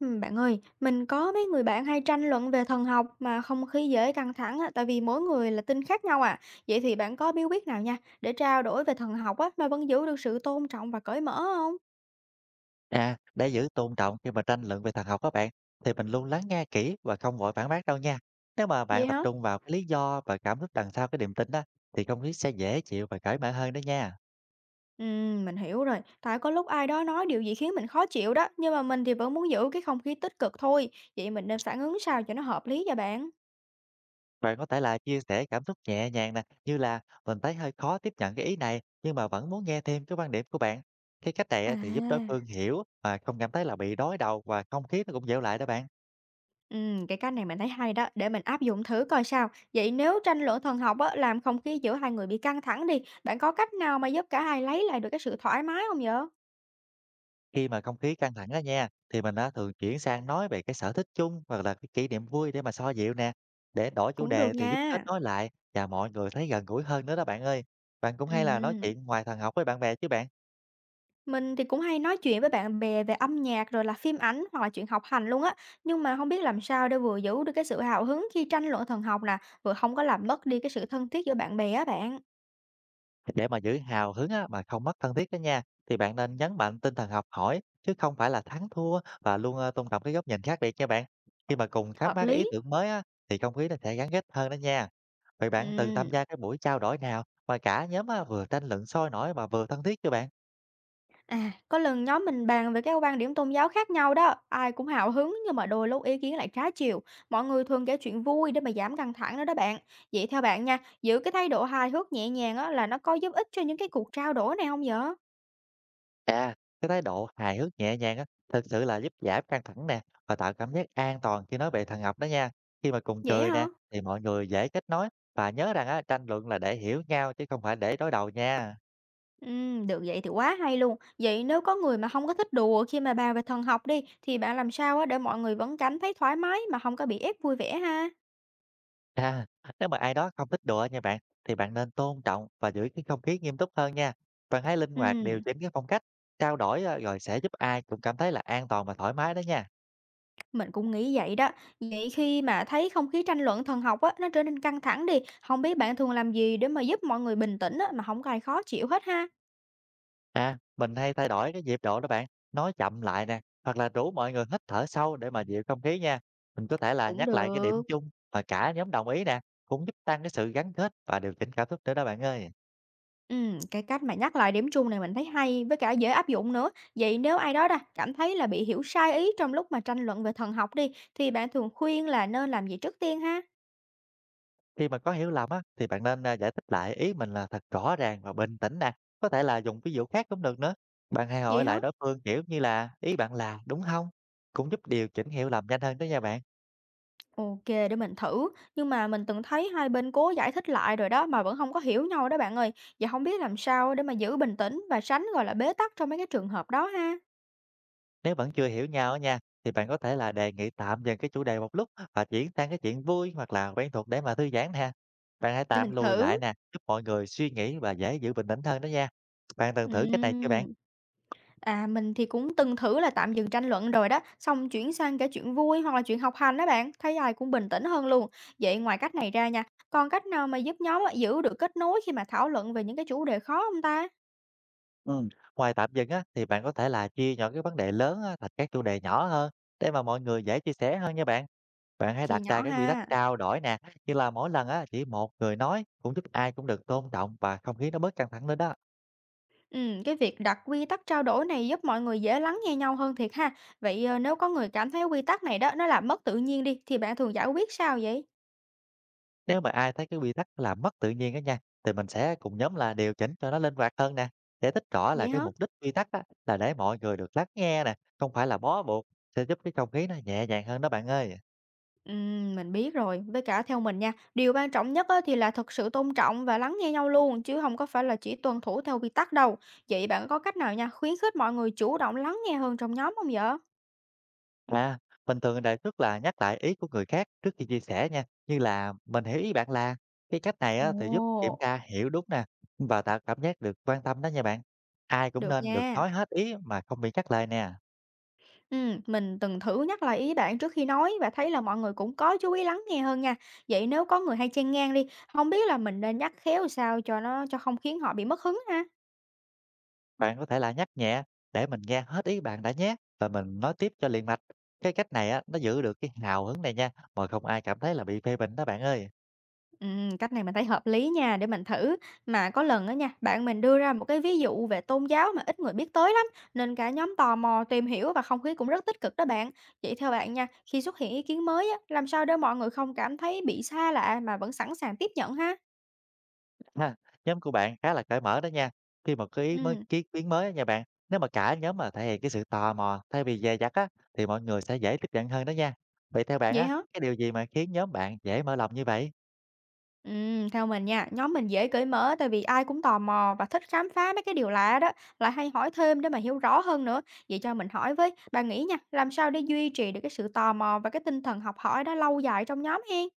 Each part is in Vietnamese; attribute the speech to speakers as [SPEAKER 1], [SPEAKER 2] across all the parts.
[SPEAKER 1] Bạn ơi, mình có mấy người bạn hay tranh luận về thần học mà không khí dễ căng thẳng á, tại vì mỗi người là tin khác nhau à. Vậy thì bạn có bí quyết nào nha để trao đổi về thần học á mà vẫn giữ được sự tôn trọng và cởi mở không?
[SPEAKER 2] À, để giữ tôn trọng khi mà tranh luận về thần học các bạn, thì mình luôn lắng nghe kỹ và không vội phản bác đâu nha. Nếu mà bạn
[SPEAKER 1] Vậy
[SPEAKER 2] tập
[SPEAKER 1] hả?
[SPEAKER 2] trung vào cái lý do và cảm xúc đằng sau cái niềm tin đó, thì không khí sẽ dễ chịu và cởi mở hơn đó nha.
[SPEAKER 1] Mình hiểu rồi. Tại có lúc ai đó nói điều gì khiến mình khó chịu đó, nhưng mà mình thì vẫn muốn giữ cái không khí tích cực thôi. Vậy mình nên phản ứng sao cho nó hợp lý cho bạn?
[SPEAKER 2] Bạn có thể là chia sẻ cảm xúc nhẹ nhàng nè, như là mình thấy hơi khó tiếp nhận cái ý này, nhưng mà vẫn muốn nghe thêm cái quan điểm của bạn. Cái cách này á,
[SPEAKER 1] À.
[SPEAKER 2] thì giúp đối phương hiểu mà không cảm thấy là bị đối đầu, và không khí nó cũng dịu lại đó bạn.
[SPEAKER 1] Cái cách này mình thấy hay đó, để mình áp dụng thử coi sao. Vậy nếu tranh luận thần học á, làm không khí giữa hai người bị căng thẳng đi, bạn có cách nào mà giúp cả hai lấy lại được cái sự thoải mái không vậy?
[SPEAKER 2] Khi mà không khí căng thẳng đó nha, thì mình đã thường chuyển sang nói về cái sở thích chung hoặc là cái kỷ niệm vui để mà xoa dịu nè. Để đổi chủ
[SPEAKER 1] Cũng
[SPEAKER 2] đề
[SPEAKER 1] được
[SPEAKER 2] thì giúp kết
[SPEAKER 1] nha.
[SPEAKER 2] nối lại và mọi người thấy gần gũi hơn nữa đó bạn ơi. Bạn cũng hay là nói
[SPEAKER 1] Ừm,
[SPEAKER 2] chuyện ngoài thần học với bạn bè chứ bạn.
[SPEAKER 1] mình thì cũng hay nói chuyện với bạn bè về âm nhạc rồi là phim ảnh hoặc là chuyện học hành luôn á, nhưng mà không biết làm sao để vừa giữ được cái sự hào hứng khi tranh luận thần học nè, vừa không có làm mất đi cái sự thân thiết giữa bạn bè á bạn.
[SPEAKER 2] Để mà giữ hào hứng á, mà không mất thân thiết đó nha, thì bạn nên nhấn mạnh tinh thần học hỏi chứ không phải là thắng thua, và luôn tôn trọng cái góc nhìn khác biệt nha bạn. Khi mà cùng khám
[SPEAKER 1] Hợp
[SPEAKER 2] phá cái ý
[SPEAKER 1] lý.
[SPEAKER 2] tưởng mới á, thì không khí nó sẽ gắn kết hơn đó nha. Vậy bạn từng tham
[SPEAKER 1] Ừm.
[SPEAKER 2] gia cái buổi trao đổi nào mà cả nhóm á, vừa tranh luận sôi nổi mà vừa thân thiết cho bạn?
[SPEAKER 1] À, có lần nhóm mình bàn về các quan điểm tôn giáo khác nhau đó, ai cũng hào hứng nhưng mà đôi lúc ý kiến lại trái chiều. Mọi người thường kể chuyện vui để mà giảm căng thẳng đó đó bạn. Vậy theo bạn nha, giữ cái thái độ hài hước nhẹ nhàng á là nó có giúp ích cho những cái cuộc trao đổi này không vậy?
[SPEAKER 2] À, cái thái độ hài hước nhẹ nhàng á, thực sự là giúp giảm căng thẳng nè, và tạo cảm giác an toàn khi nói về thần học đó nha. Khi mà cùng
[SPEAKER 1] Vậy
[SPEAKER 2] cười nè,
[SPEAKER 1] hả?
[SPEAKER 2] thì mọi người dễ kết nối và nhớ rằng á, tranh luận là để hiểu nhau chứ không phải để đối đầu nha.
[SPEAKER 1] Ừ, được vậy thì quá hay luôn. Vậy nếu có người mà không có thích đùa khi mà bàn về thần học đi, thì bạn làm sao á để mọi người vẫn cảm thấy thoải mái mà không có bị ép vui vẻ ha?
[SPEAKER 2] À, nếu mà ai đó không thích đùa nha bạn, thì bạn nên tôn trọng và giữ cái không khí nghiêm túc hơn nha. Bạn hãy linh
[SPEAKER 1] Ừ.
[SPEAKER 2] hoạt điều chỉnh cái phong cách, trao đổi rồi sẽ giúp ai cũng cảm thấy là an toàn và thoải mái đó nha.
[SPEAKER 1] Mình cũng nghĩ vậy đó. Vậy khi mà thấy không khí tranh luận thần học á, nó trở nên căng thẳng đi, không biết bạn thường làm gì để mà giúp mọi người bình tĩnh á, mà không có ai khó chịu hết ha?
[SPEAKER 2] À, mình hay thay đổi cái nhịp độ đó bạn, nói chậm lại nè, hoặc là rủ mọi người hít thở sâu để mà dịu không khí nha. Mình có thể là
[SPEAKER 1] Cũng
[SPEAKER 2] nhắc lại cái điểm
[SPEAKER 1] được.
[SPEAKER 2] chung mà cả nhóm đồng ý nè, cũng giúp tăng cái sự gắn kết và điều chỉnh cảm xúc nữa đó bạn ơi.
[SPEAKER 1] Cái cách mà nhắc lại điểm chung này mình thấy hay với cả dễ áp dụng nữa. Vậy nếu ai đó đã cảm thấy là bị hiểu sai ý trong lúc mà tranh luận về thần học đi, thì bạn thường khuyên là nên làm gì trước tiên ha?
[SPEAKER 2] Khi mà có hiểu lầm á, thì bạn nên giải thích lại ý mình là thật rõ ràng và bình tĩnh nè, có thể là dùng ví dụ khác cũng được nữa. Bạn hãy
[SPEAKER 1] Vậy
[SPEAKER 2] hỏi lại
[SPEAKER 1] hả?
[SPEAKER 2] đối phương, kiểu như là "Ý bạn là đúng không?" Cũng giúp điều chỉnh hiểu lầm nhanh hơn đó nha bạn.
[SPEAKER 1] OK, để mình thử, nhưng mà mình từng thấy hai bên cố giải thích lại rồi đó mà vẫn không có hiểu nhau đó bạn ơi. Và không biết làm sao để mà giữ bình tĩnh và tránh, gọi là, bế tắc trong mấy cái trường hợp đó ha?
[SPEAKER 2] Nếu vẫn chưa hiểu nhau á nha, thì bạn có thể là đề nghị tạm dừng cái chủ đề một lúc và chuyển sang cái chuyện vui hoặc là quen thuộc để mà thư giãn ha. Bạn hãy
[SPEAKER 1] Để
[SPEAKER 2] tạm
[SPEAKER 1] mình
[SPEAKER 2] lùi lại
[SPEAKER 1] thử.
[SPEAKER 2] nè, giúp mọi người suy nghĩ và dễ giữ bình tĩnh hơn đó nha. Bạn từng thử cách này chưa bạn?
[SPEAKER 1] Ừm, mình thì cũng từng thử là tạm dừng tranh luận rồi đó, xong chuyển sang kể chuyện vui hoặc là chuyện học hành á bạn, thấy ai cũng bình tĩnh hơn luôn. Vậy ngoài cách này ra nha, còn cách nào mà giúp nhóm á giữ được kết nối khi mà thảo luận về những cái chủ đề khó không ta?
[SPEAKER 2] Ừm, Ngoài tạm dừng á, thì bạn có thể là chia nhỏ cái vấn đề lớn á, thành các chủ đề nhỏ hơn để mà mọi người dễ chia sẻ hơn nha bạn. Bạn hãy
[SPEAKER 1] Chia
[SPEAKER 2] đặt ra
[SPEAKER 1] nhỏ
[SPEAKER 2] cái quy tắc
[SPEAKER 1] ha.
[SPEAKER 2] trao đổi nè, như là mỗi lần á, chỉ một người nói, cũng giúp ai cũng được tôn trọng và không khí nó bớt căng thẳng lên đó.
[SPEAKER 1] Cái việc đặt quy tắc trao đổi này giúp mọi người dễ lắng nghe nhau hơn thiệt ha. Vậy, nếu có người cảm thấy quy tắc này đó, nó làm mất tự nhiên đi, thì bạn thường giải quyết sao vậy?
[SPEAKER 2] Nếu mà ai thấy cái quy tắc là mất tự nhiên á nha, thì mình sẽ cùng nhóm là điều chỉnh cho nó linh hoạt hơn nè. Giải thích rõ là
[SPEAKER 1] Vậy
[SPEAKER 2] cái
[SPEAKER 1] hả?
[SPEAKER 2] mục đích quy tắc á, là để mọi người được lắng nghe nè, không phải là bó buộc, sẽ giúp cái không khí nó nhẹ nhàng hơn đó bạn ơi.
[SPEAKER 1] Mình biết rồi. Với cả theo mình nha, điều quan trọng nhất á, thì là thực sự tôn trọng và lắng nghe nhau luôn, chứ không có phải là chỉ tuân thủ theo quy tắc đâu. Vậy bạn có cách nào nha, khuyến khích mọi người chủ động lắng nghe hơn trong nhóm không vậy?
[SPEAKER 2] À, mình thường đề xuất là nhắc lại ý của người khác trước khi chia sẻ nha, như là mình hiểu ý bạn là cái cách này
[SPEAKER 1] Ồ.
[SPEAKER 2] á, thì giúp kiểm tra hiểu đúng nè, và tạo cảm giác được quan tâm đó nha bạn. Ai cũng
[SPEAKER 1] Được
[SPEAKER 2] nên được
[SPEAKER 1] nha.
[SPEAKER 2] nói hết ý mà không bị cắt lời nè.
[SPEAKER 1] Mình từng thử nhắc lại ý bạn trước khi nói và thấy là mọi người cũng có chú ý lắng nghe hơn nha. Vậy nếu có người hay chen ngang đi, không biết là mình nên nhắc khéo sao cho nó cho không khiến họ bị mất hứng ha.
[SPEAKER 2] Bạn có thể là nhắc nhẹ, để mình nghe hết ý bạn đã nhé, và mình nói tiếp cho liền mạch. Cái cách này á, nó giữ được cái hào hứng này nha, mà không ai cảm thấy là bị phê bình đó bạn ơi.
[SPEAKER 1] Cách này mình thấy hợp lý nha, để mình thử. Mà có lần đó nha, bạn mình đưa ra một cái ví dụ về tôn giáo mà ít người biết tới lắm, nên cả nhóm tò mò tìm hiểu và không khí cũng rất tích cực đó bạn. Vậy theo bạn nha, khi xuất hiện ý kiến mới á, làm sao để mọi người không cảm thấy bị xa lạ mà vẫn sẵn sàng tiếp nhận ha?
[SPEAKER 2] Ha, nhóm của bạn khá là cởi mở đó nha. Khi mà có ý mới
[SPEAKER 1] Ừm,
[SPEAKER 2] kiến kiến mới á nha bạn, nếu mà cả nhóm mà thể hiện cái sự tò mò thay vì dè dặt á, thì mọi người sẽ dễ tiếp nhận hơn đó nha. Vậy theo bạn
[SPEAKER 1] vậy
[SPEAKER 2] á,
[SPEAKER 1] hả?
[SPEAKER 2] cái điều gì mà khiến nhóm bạn dễ mở lòng như vậy?
[SPEAKER 1] Theo mình nha, nhóm mình dễ cởi mở tại vì ai cũng tò mò và thích khám phá mấy cái điều lạ đó, lại hay hỏi thêm để mà hiểu rõ hơn nữa. Vậy cho mình hỏi với, bà nghĩ nha, làm sao để duy trì được cái sự tò mò và cái tinh thần học hỏi đó lâu dài trong nhóm hen?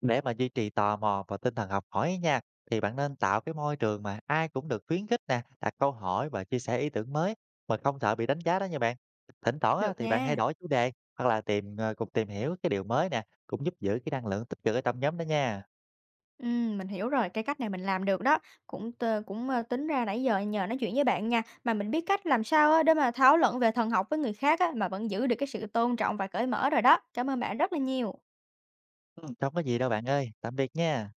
[SPEAKER 2] Để mà duy trì tò mò và tinh thần học hỏi á nha, thì bạn nên tạo cái môi trường mà ai cũng được khuyến khích nè, đặt câu hỏi và chia sẻ ý tưởng mới mà không sợ bị đánh giá đó nha bạn. Thỉnh thoảng á,
[SPEAKER 1] Được
[SPEAKER 2] thì bạn hãy
[SPEAKER 1] nha.
[SPEAKER 2] đổi chủ đề hoặc là cùng tìm hiểu cái điều mới nè, cũng giúp giữ cái năng lượng tích cực ở trong nhóm đó nha.
[SPEAKER 1] Mình hiểu rồi, cái cách này mình làm được đó. Cũng tính ra nãy giờ nhờ nói chuyện với bạn nha, mà mình biết cách làm sao á để mà thảo luận về thần học với người khác á mà vẫn giữ được cái sự tôn trọng và cởi mở rồi đó. Cảm ơn bạn rất là nhiều.
[SPEAKER 2] Không có gì đâu bạn ơi. Tạm biệt nha.